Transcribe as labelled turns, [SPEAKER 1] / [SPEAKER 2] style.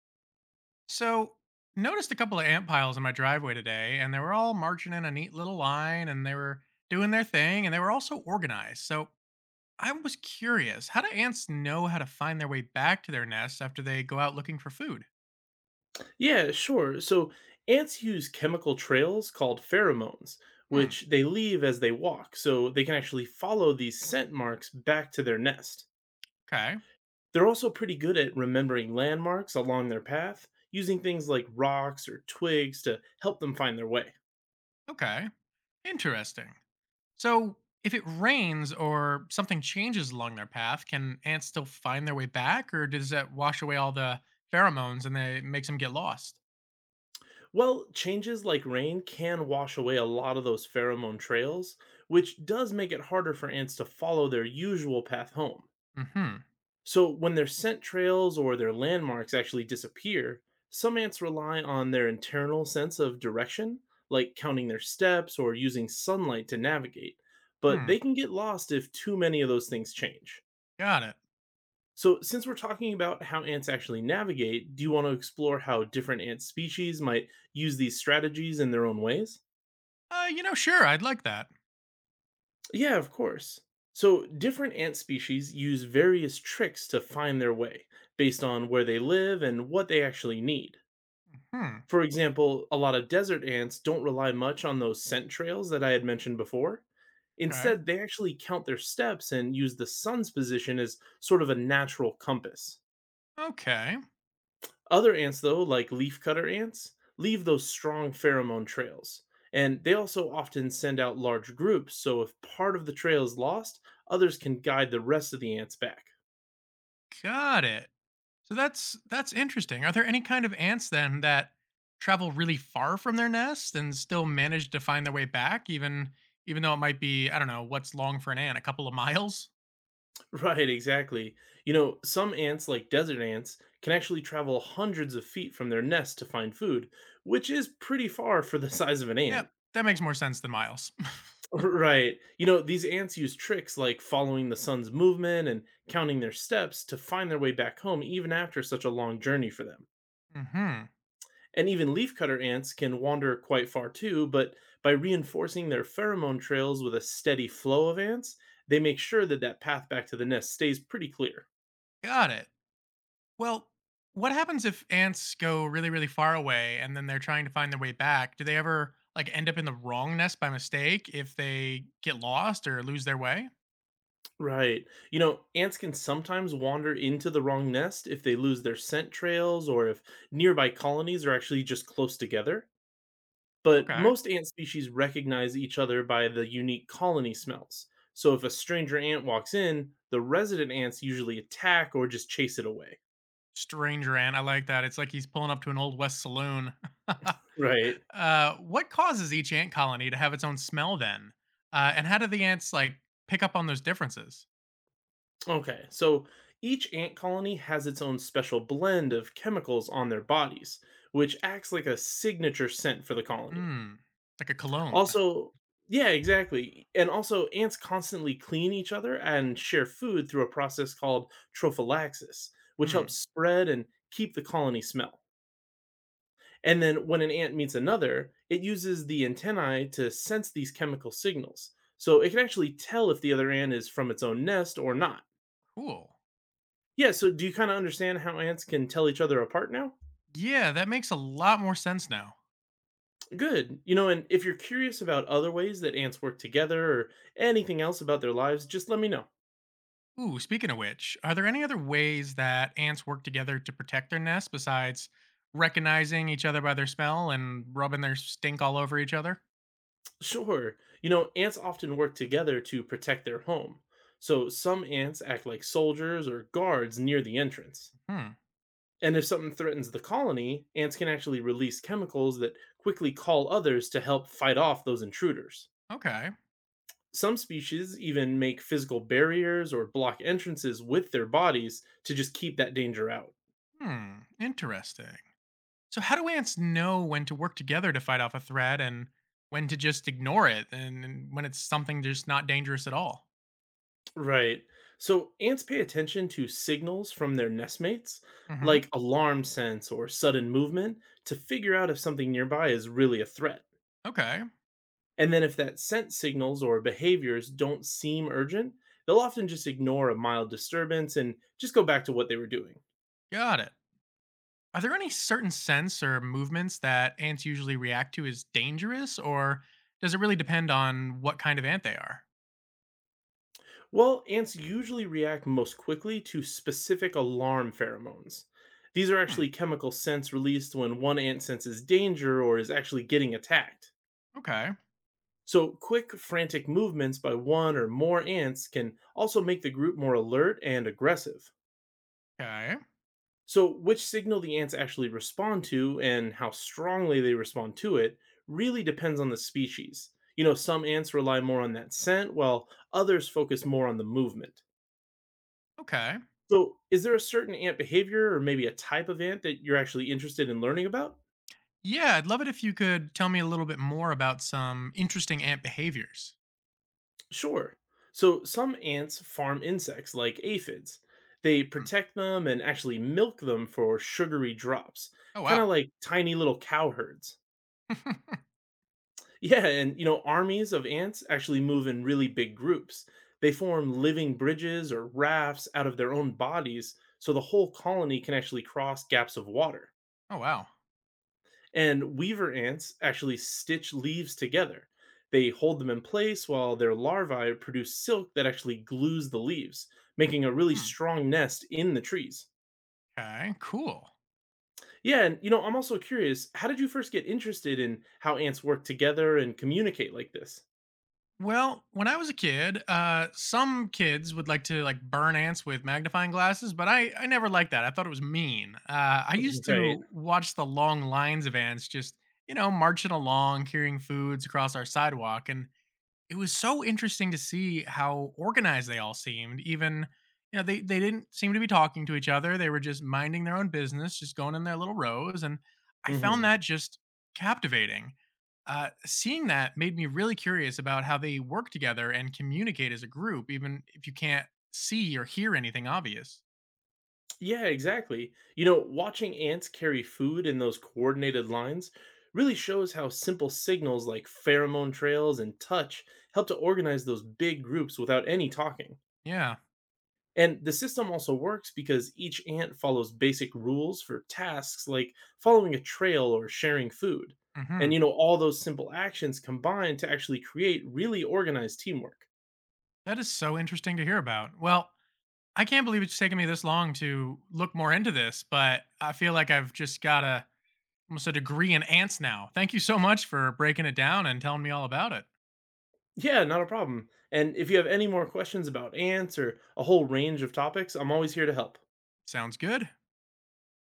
[SPEAKER 1] So, noticed a couple of ant piles in my driveway today, and they were all marching in a neat little line and they were doing their thing and they were also organized. So, I was curious, how do ants know how to find their way back to their nests after they go out looking for food?
[SPEAKER 2] Yeah, sure. So ants use chemical trails called pheromones,
[SPEAKER 1] Hmm.
[SPEAKER 2] which they leave as they walk, so they can actually follow these scent marks back to their nest.
[SPEAKER 1] Okay.
[SPEAKER 2] They're also pretty good at remembering landmarks along their path, using things like rocks or twigs to help them find their way.
[SPEAKER 1] Okay. Interesting. So, if it rains or something changes along their path, can ants still find their way back, or does that wash away all the pheromones and they makes them get lost?
[SPEAKER 2] Well, changes like rain can wash away a lot of those pheromone trails, which does make it harder for ants to follow their usual path home.
[SPEAKER 1] Mm-hmm.
[SPEAKER 2] So, when their scent trails or their landmarks actually disappear, some ants rely on their internal sense of direction, like counting their steps or using sunlight to navigate, but
[SPEAKER 1] Hmm.
[SPEAKER 2] they can get lost if too many of those things change.
[SPEAKER 1] Got it.
[SPEAKER 2] So, since we're talking about how ants actually navigate, do you want to explore how different ant species might use these strategies in their own ways?
[SPEAKER 1] You know, sure, I'd like that.
[SPEAKER 2] Yeah, of course. So, different ant species use various tricks to find their way based on where they live and what they actually need.
[SPEAKER 1] Hmm.
[SPEAKER 2] For example, a lot of desert ants don't rely much on those scent trails that I had mentioned before.
[SPEAKER 1] Okay.
[SPEAKER 2] Instead, they actually count their steps and use the sun's position as sort of a natural compass.
[SPEAKER 1] Okay.
[SPEAKER 2] Other ants, though, like leafcutter ants, leave those strong pheromone trails. And they also often send out large groups, so if part of the trail is lost, others can guide the rest of the ants back.
[SPEAKER 1] Got it. So that's interesting. Are there any kind of ants then that travel really far from their nest and still manage to find their way back, even though it might be, I don't know what's long for an ant, a couple of miles?
[SPEAKER 2] Right, exactly. You know, some ants, like desert ants, can actually travel hundreds of feet from their nest to find food, which is pretty far for the size of an ant.
[SPEAKER 1] Yep, that makes more sense than miles.
[SPEAKER 2] Right. You know, these ants use tricks like following the sun's movement and counting their steps to find their way back home, even after such a long journey for them.
[SPEAKER 1] Hmm.
[SPEAKER 2] And even leafcutter ants can wander quite far too, but by reinforcing their pheromone trails with a steady flow of ants, they make sure that that path back to the nest stays pretty clear.
[SPEAKER 1] Got it. Well, what happens if ants go really really far away and then they're trying to find their way back? Do they ever like end up in the wrong nest by mistake if they get lost or lose their way?
[SPEAKER 2] Right. You know, ants can sometimes wander into the wrong nest if they lose their scent trails or if nearby colonies are actually just close together. But
[SPEAKER 1] Okay.
[SPEAKER 2] most ant species recognize each other by the unique colony smells. So if a stranger ant walks in, the resident ants usually attack or just chase it away.
[SPEAKER 1] Strange rant. I like that. It's like he's pulling up to an old west saloon.
[SPEAKER 2] Right.
[SPEAKER 1] What causes each ant colony to have its own smell then? And how do the ants like pick up on those differences?
[SPEAKER 2] Okay. So each ant colony has its own special blend of chemicals on their bodies, which acts like a signature scent for the colony.
[SPEAKER 1] Hmm. Like a cologne.
[SPEAKER 2] Also yeah, exactly, and also, ants constantly clean each other and share food through a process called trophallaxis, which helps
[SPEAKER 1] Hmm.
[SPEAKER 2] spread and keep the colony smell. And then when an ant meets another, it uses the antennae to sense these chemical signals. So it can actually tell if the other ant is from its own nest or not.
[SPEAKER 1] Cool.
[SPEAKER 2] Yeah, so do you kind of understand how ants can tell each other apart now?
[SPEAKER 1] Yeah, that makes a lot more sense now.
[SPEAKER 2] Good. You know, and if you're curious about other ways that ants work together or anything else about their lives, just let me know.
[SPEAKER 1] Ooh, speaking of which, are there any other ways that ants work together to protect their nest besides recognizing each other by their smell and rubbing their stink all over each other?
[SPEAKER 2] Sure. You know, ants often work together to protect their home. So some ants act like soldiers or guards near the entrance.
[SPEAKER 1] Hmm.
[SPEAKER 2] And if something threatens the colony, ants can actually release chemicals that quickly call others to help fight off those intruders.
[SPEAKER 1] Okay.
[SPEAKER 2] Some species even make physical barriers or block entrances with their bodies to just keep that danger out.
[SPEAKER 1] Hmm. Interesting. So, how do ants know when to work together to fight off a threat and when to just ignore it, and when it's something just not dangerous at all?
[SPEAKER 2] Right. So ants pay attention to signals from their nestmates,
[SPEAKER 1] Hmm.
[SPEAKER 2] like alarm sense or sudden movement, to figure out if something nearby is really a threat.
[SPEAKER 1] Okay,
[SPEAKER 2] And then if that scent signals or behaviors don't seem urgent, they'll often just ignore a mild disturbance and just go back to what they were doing.
[SPEAKER 1] got it. Are there any certain scents or movements that ants usually react to as dangerous, or does it really depend on what kind of ant they are?
[SPEAKER 2] Well, ants usually react most quickly to specific alarm pheromones. These are
[SPEAKER 1] Hmm.
[SPEAKER 2] actually chemical scents released when one ant senses danger or is actually getting attacked.
[SPEAKER 1] Okay,
[SPEAKER 2] So, quick, frantic movements by one or more ants can also make the group more alert and aggressive.
[SPEAKER 1] okay,
[SPEAKER 2] So, which signal the ants actually respond to and how strongly they respond to it really depends on the species. You know, some ants rely more on that scent, while others focus more on the movement.
[SPEAKER 1] okay.
[SPEAKER 2] So, is there a certain ant behavior or maybe a type of ant that you're actually interested in learning about?
[SPEAKER 1] Yeah, I'd love it if you could tell me a little bit more about some interesting ant behaviors.
[SPEAKER 2] Sure. So some ants farm insects like aphids. They
[SPEAKER 1] Hmm.
[SPEAKER 2] protect them and actually milk them for sugary drops,
[SPEAKER 1] Oh,
[SPEAKER 2] kind
[SPEAKER 1] wow.
[SPEAKER 2] of like tiny little cow herds. Yeah, and you know, armies of ants actually move in really big groups. They form living bridges or rafts out of their own bodies so the whole colony can actually cross gaps of water.
[SPEAKER 1] Oh, wow.
[SPEAKER 2] And weaver ants actually stitch leaves together. They hold them in place while their larvae produce silk that actually glues the leaves, making a really
[SPEAKER 1] Hmm.
[SPEAKER 2] strong nest in the trees.
[SPEAKER 1] Okay, cool.
[SPEAKER 2] Yeah, and you know, I'm also curious, how did you first get interested in how ants work together and communicate like this?
[SPEAKER 1] Well, when I was a kid, some kids would like to like burn ants with magnifying glasses, but I never liked that. I thought it was mean. I used
[SPEAKER 2] Right.
[SPEAKER 1] to watch the long lines of ants just, you know, marching along, carrying foods across our sidewalk, and it was so interesting to see how organized they all seemed, even, you know, they didn't seem to be talking to each other, they were just minding their own business, just going in their little rows, and I found
[SPEAKER 2] Hmm.
[SPEAKER 1] that just captivating. Seeing that made me really curious about how they work together and communicate as a group, even if you can't see or hear anything obvious.
[SPEAKER 2] Yeah, exactly. You know, watching ants carry food in those coordinated lines really shows how simple signals like pheromone trails and touch help to organize those big groups without any talking.
[SPEAKER 1] Yeah.
[SPEAKER 2] And the system also works because each ant follows basic rules for tasks like following a trail or sharing food. And you
[SPEAKER 1] Mhm.
[SPEAKER 2] know, all those simple actions combine to actually create really organized teamwork.
[SPEAKER 1] That is so interesting to hear about. Well, I can't believe it's taken me this long to look more into this, but I feel like I've just gotta almost a degree in ants now. Thank you so much for breaking it down and telling me all about it.
[SPEAKER 2] Yeah, not a problem. And if you have any more questions about ants or a whole range of topics, I'm always here to help.
[SPEAKER 1] Sounds good.